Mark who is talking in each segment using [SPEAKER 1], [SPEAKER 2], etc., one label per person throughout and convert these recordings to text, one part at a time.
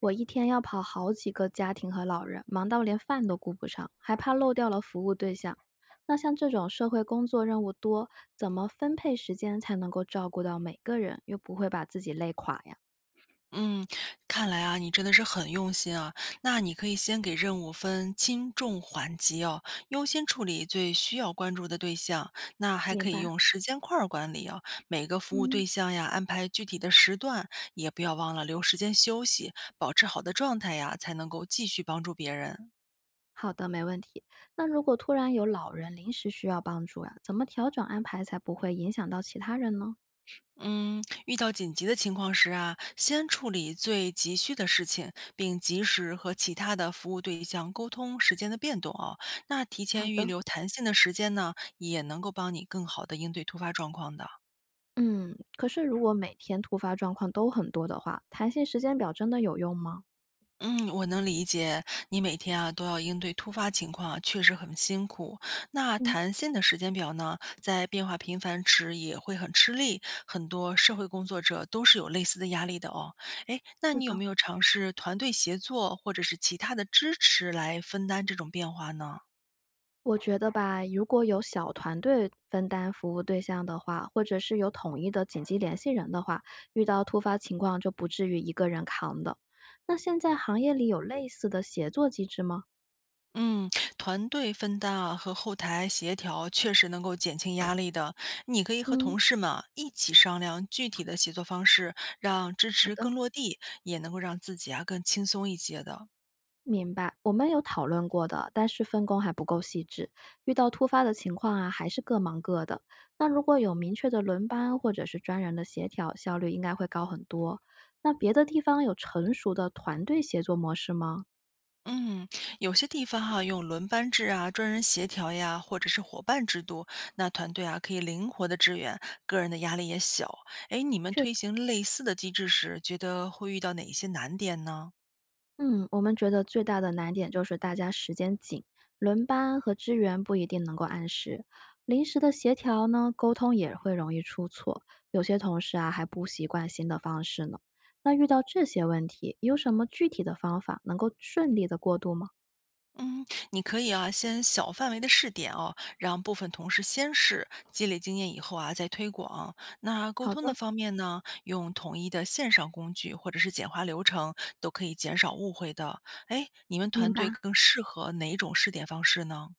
[SPEAKER 1] 我一天要跑好几个家庭和老人，忙到连饭都顾不上，还怕漏掉了服务对象。那像这种社会工作任务多，怎么分配时间才能够照顾到每个人，又不会把自己累垮呀？
[SPEAKER 2] 嗯，看来啊，你真的是很用心啊。那你可以先给任务分轻重缓急哦，优先处理最需要关注的对象。那还
[SPEAKER 1] 明
[SPEAKER 2] 可以
[SPEAKER 1] 白，
[SPEAKER 2] 用时间块儿管理哦，每个服务
[SPEAKER 1] 嗯，
[SPEAKER 2] 对象呀，安排具体的时段，也不要忘了留时间休息，保持好的状态呀，才能够继续帮助别人。
[SPEAKER 1] 好的，没问题。那如果突然有老人临时需要帮助呀、怎么调整安排才不会影响到其他人呢？
[SPEAKER 2] 嗯，遇到紧急的情况时啊，先处理最急需的事情，并及时和其他的服务对象沟通时间的变动啊。那提
[SPEAKER 1] 好
[SPEAKER 2] 前预
[SPEAKER 1] 的，
[SPEAKER 2] 留弹性的时间呢，也能够帮你更好的应对突发状况的。
[SPEAKER 1] 嗯，可是如果每天突发状况都很多的话，弹性时间表真的有用吗？
[SPEAKER 2] 嗯，我能理解，你每天啊都要应对突发情况啊确实很辛苦。那
[SPEAKER 1] 嗯，
[SPEAKER 2] 弹性的时间表呢，在变化频繁时也会很吃力，很多社会工作者都是有类似的压力的哦。诶，那
[SPEAKER 1] 是
[SPEAKER 2] 你有
[SPEAKER 1] 的。
[SPEAKER 2] 没有尝试团队协作或者是其他的支持来分担这种变化呢？
[SPEAKER 1] 我觉得吧，如果有小团队分担服务对象的话，或者是有统一的紧急联系人的话，遇到突发情况就不至于一个人扛的。那现在行业里有类似的协作机制吗？
[SPEAKER 2] 嗯，团队分担啊和后台协调确实能够减轻压力的。你可以和
[SPEAKER 1] 嗯，
[SPEAKER 2] 同事们啊一起商量具体的协作方式，让支
[SPEAKER 1] 好
[SPEAKER 2] 持
[SPEAKER 1] 的，
[SPEAKER 2] 更落地，也能够让自己啊更轻松一些的。
[SPEAKER 1] 明白。我们有讨论过的，但是分工还不够细致，遇到突发的情况啊，还是各忙各的。那如果有明确的轮班或者是专人的协调，效率应该会高很多。那别的地方有成熟的团队协作模式吗？
[SPEAKER 2] 嗯，有些地方哈、用轮班制啊、专人协调呀，或者是伙伴制度，那团队啊可以灵活的支援，个人的压力也小。哎，你们推行类似的机制时，觉得会遇到哪些难点呢？
[SPEAKER 1] 嗯，我们觉得最大的难点就是大家时间紧，轮班和支援不一定能够按时，临时的协调呢，沟通也会容易出错，有些同事啊还不习惯新的方式呢。那遇到这些问题，有什么具体的方法能够顺利的过渡吗？
[SPEAKER 2] 嗯，你可以啊，先小范围的试点哦，让部分同事先试，积累经验以后啊，再推广。那沟
[SPEAKER 1] 好
[SPEAKER 2] 通的
[SPEAKER 1] 的，
[SPEAKER 2] 方面呢，用统一的线上工具或者是简化流程，都可以减少误会的。哎，你们
[SPEAKER 1] 明
[SPEAKER 2] 团队
[SPEAKER 1] 白。
[SPEAKER 2] 更适合哪种试点方式呢？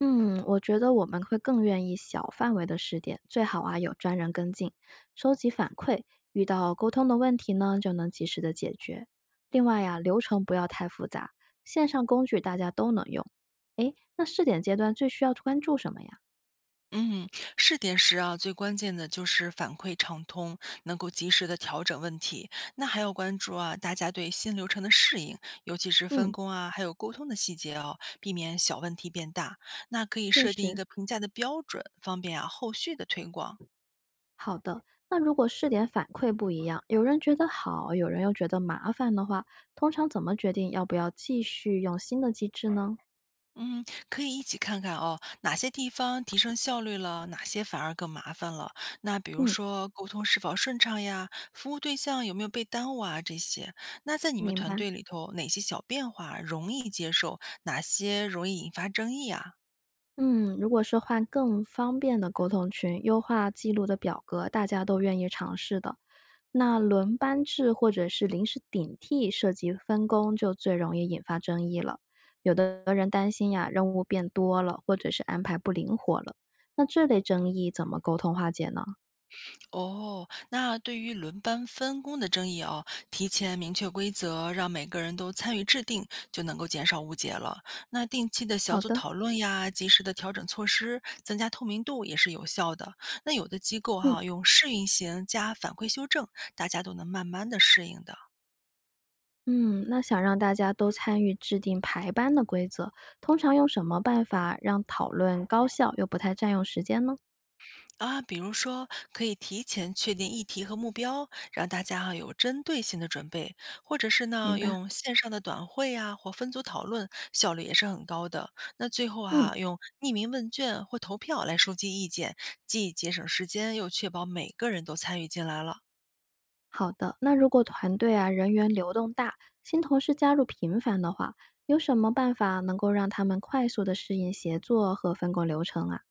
[SPEAKER 1] 嗯，我觉得我们会更愿意小范围的试点，最好啊有专人跟进，收集反馈，遇到沟通的问题呢就能及时的解决。另外呀、流程不要太复杂，线上工具大家都能用。诶，那试点阶段最需要关注什么呀？
[SPEAKER 2] 嗯，试点时啊，最关键的就是反馈畅通，能够及时的调整问题。那还要关注啊，大家对新流程的适应，尤其是分
[SPEAKER 1] 嗯，
[SPEAKER 2] 工啊，还有沟通的细节哦，避免小问题变大。那可以
[SPEAKER 1] 确
[SPEAKER 2] 设定一
[SPEAKER 1] 实，
[SPEAKER 2] 个评价的标准，方便啊后续的推广。
[SPEAKER 1] 好的。那如果试点反馈不一样，有人觉得好，有人又觉得麻烦的话，通常怎么决定要不要继续用新的机制呢？
[SPEAKER 2] 嗯，可以一起看看哦，哪些地方提升效率了，哪些反而更麻烦了。那比如
[SPEAKER 1] 嗯，
[SPEAKER 2] 说沟通是否顺畅呀，服务对象有没有被耽误啊，这些。那在你们
[SPEAKER 1] 明
[SPEAKER 2] 团
[SPEAKER 1] 白。
[SPEAKER 2] 队里头，哪些小变化容易接受，哪些容易引发争议啊？
[SPEAKER 1] 嗯，如果是换更方便的沟通群，优化记录的表格，大家都愿意尝试的。那轮班制或者是临时顶替涉及分工，就最容易引发争议了。有的人担心呀，任务变多了，或者是安排不灵活了。那这类争议怎么沟通化解呢？
[SPEAKER 2] 哦，那对于轮班分工的争议哦，提前明确规则，让每个人都参与制定，就能够减少误解了。那定期的小
[SPEAKER 1] 好
[SPEAKER 2] 组
[SPEAKER 1] 的，
[SPEAKER 2] 讨论呀，及时的调整措施，增加透明度也是有效的。那有的机构
[SPEAKER 1] 嗯
[SPEAKER 2] 哈、用试运行加反馈修正，大家都能慢慢的适应的。
[SPEAKER 1] 嗯，那想让大家都参与制定排班的规则，通常用什么办法让讨论高效又不太占用时间呢？
[SPEAKER 2] 啊，比如说，可以提前确定议题和目标，让大家哈有针对性的准备，或者是
[SPEAKER 1] 明
[SPEAKER 2] 呢
[SPEAKER 1] 白。
[SPEAKER 2] 用线上的短会呀或分组讨论，效率也是很高的。那最后
[SPEAKER 1] 嗯。
[SPEAKER 2] 哈，用匿名问卷或投票来收集意见，既节省时间，又确保每个人都参与进来了。
[SPEAKER 1] 好的，那如果团队啊人员流动大，新同事加入频繁的话，有什么办法能够让他们快速的适应协作和分工流程啊？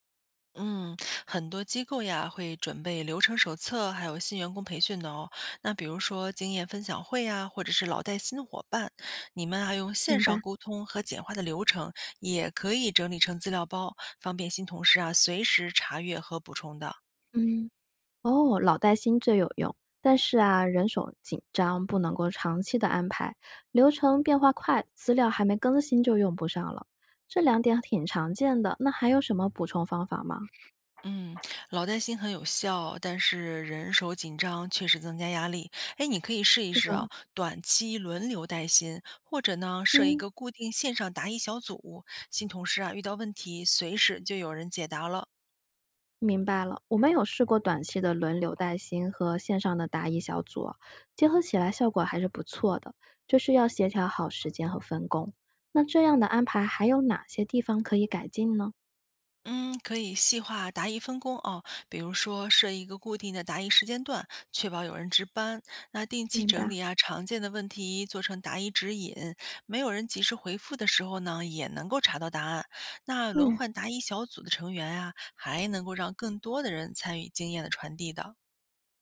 [SPEAKER 2] 嗯，很多机构呀会准备流程手册，还有新员工培训的哦。那比如说经验分享会呀，或者是老带新伙伴，你们还用线
[SPEAKER 1] 明
[SPEAKER 2] 上
[SPEAKER 1] 白，
[SPEAKER 2] 沟通和简化的流程，也可以整理成资料包，方便新同事啊随时查阅和补充的。
[SPEAKER 1] 嗯，哦，老带新最有用，但是啊，人手紧张，不能够长期的安排，流程变化快，资料还没更新就用不上了，这两点挺常见的。那还有什么补充方法吗？
[SPEAKER 2] 嗯，老带新很有效，但是人手紧张确实增加压力。哎，你可以试一
[SPEAKER 1] 是
[SPEAKER 2] 试啊，
[SPEAKER 1] 的，
[SPEAKER 2] 短期轮流带薪，或者呢设一
[SPEAKER 1] 嗯。
[SPEAKER 2] 个固定线上答疑小组，新同事啊遇到问题随时就有人解答了。
[SPEAKER 1] 明白了，我们有试过短期的轮流带薪和线上的答疑小组啊结合起来效果还是不错的，就是要协调好时间和分工。那这样的安排还有哪些地方可以改进呢？
[SPEAKER 2] 嗯，可以细化答疑分工哦，比如说设一个固定的答疑时间段，确保有人值班。那定期
[SPEAKER 1] 明
[SPEAKER 2] 整
[SPEAKER 1] 白。
[SPEAKER 2] 理啊常见的问题，做成答疑指引，没有人及时回复的时候呢，也能够查到答案。那轮
[SPEAKER 1] 嗯，
[SPEAKER 2] 换答疑小组的成员啊，还能够让更多的人参与经验的传递的。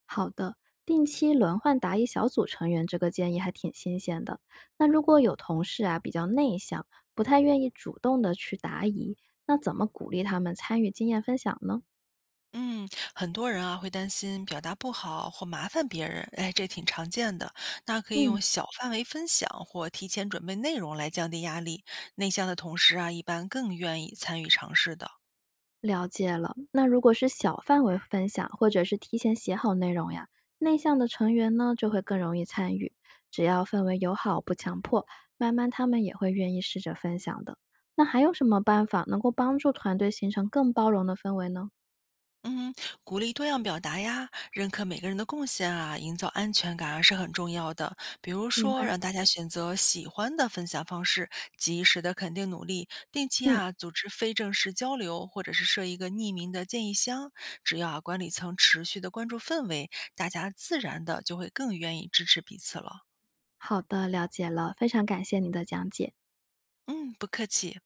[SPEAKER 1] 好的，定期轮换答疑小组成员这个建议还挺新鲜的。那如果有同事啊比较内向，不太愿意主动的去答疑，那怎么鼓励他们参与经验分享呢？
[SPEAKER 2] 嗯，很多人啊会担心表达不好或麻烦别人，哎，这挺常见的。那可以用
[SPEAKER 1] 嗯。
[SPEAKER 2] 小范围分享或提前准备内容来降低压力。内向的同事啊，一般更愿意参与尝试的。
[SPEAKER 1] 了解了，那如果是小范围分享，或者是提前写好内容呀，内向的成员呢就会更容易参与。只要氛围友好，不强迫，慢慢他们也会愿意试着分享的。那还有什么办法能够帮助团队形成更包容的氛围呢？
[SPEAKER 2] 嗯，鼓励多样表达呀，认可每个人的贡献啊，营造安全感啊是很重要的。比如
[SPEAKER 1] 明
[SPEAKER 2] 说，
[SPEAKER 1] 白。
[SPEAKER 2] 让大家选择喜欢的分享方式，及时的肯定努力，定期
[SPEAKER 1] 嗯，
[SPEAKER 2] 啊组织非正式交流，或者是设一个匿名的建议箱。只要啊管理层持续的关注氛围，大家自然的就会更愿意支持彼此了。
[SPEAKER 1] 好的，了解了，非常感谢你的讲解。
[SPEAKER 2] 嗯，不客气。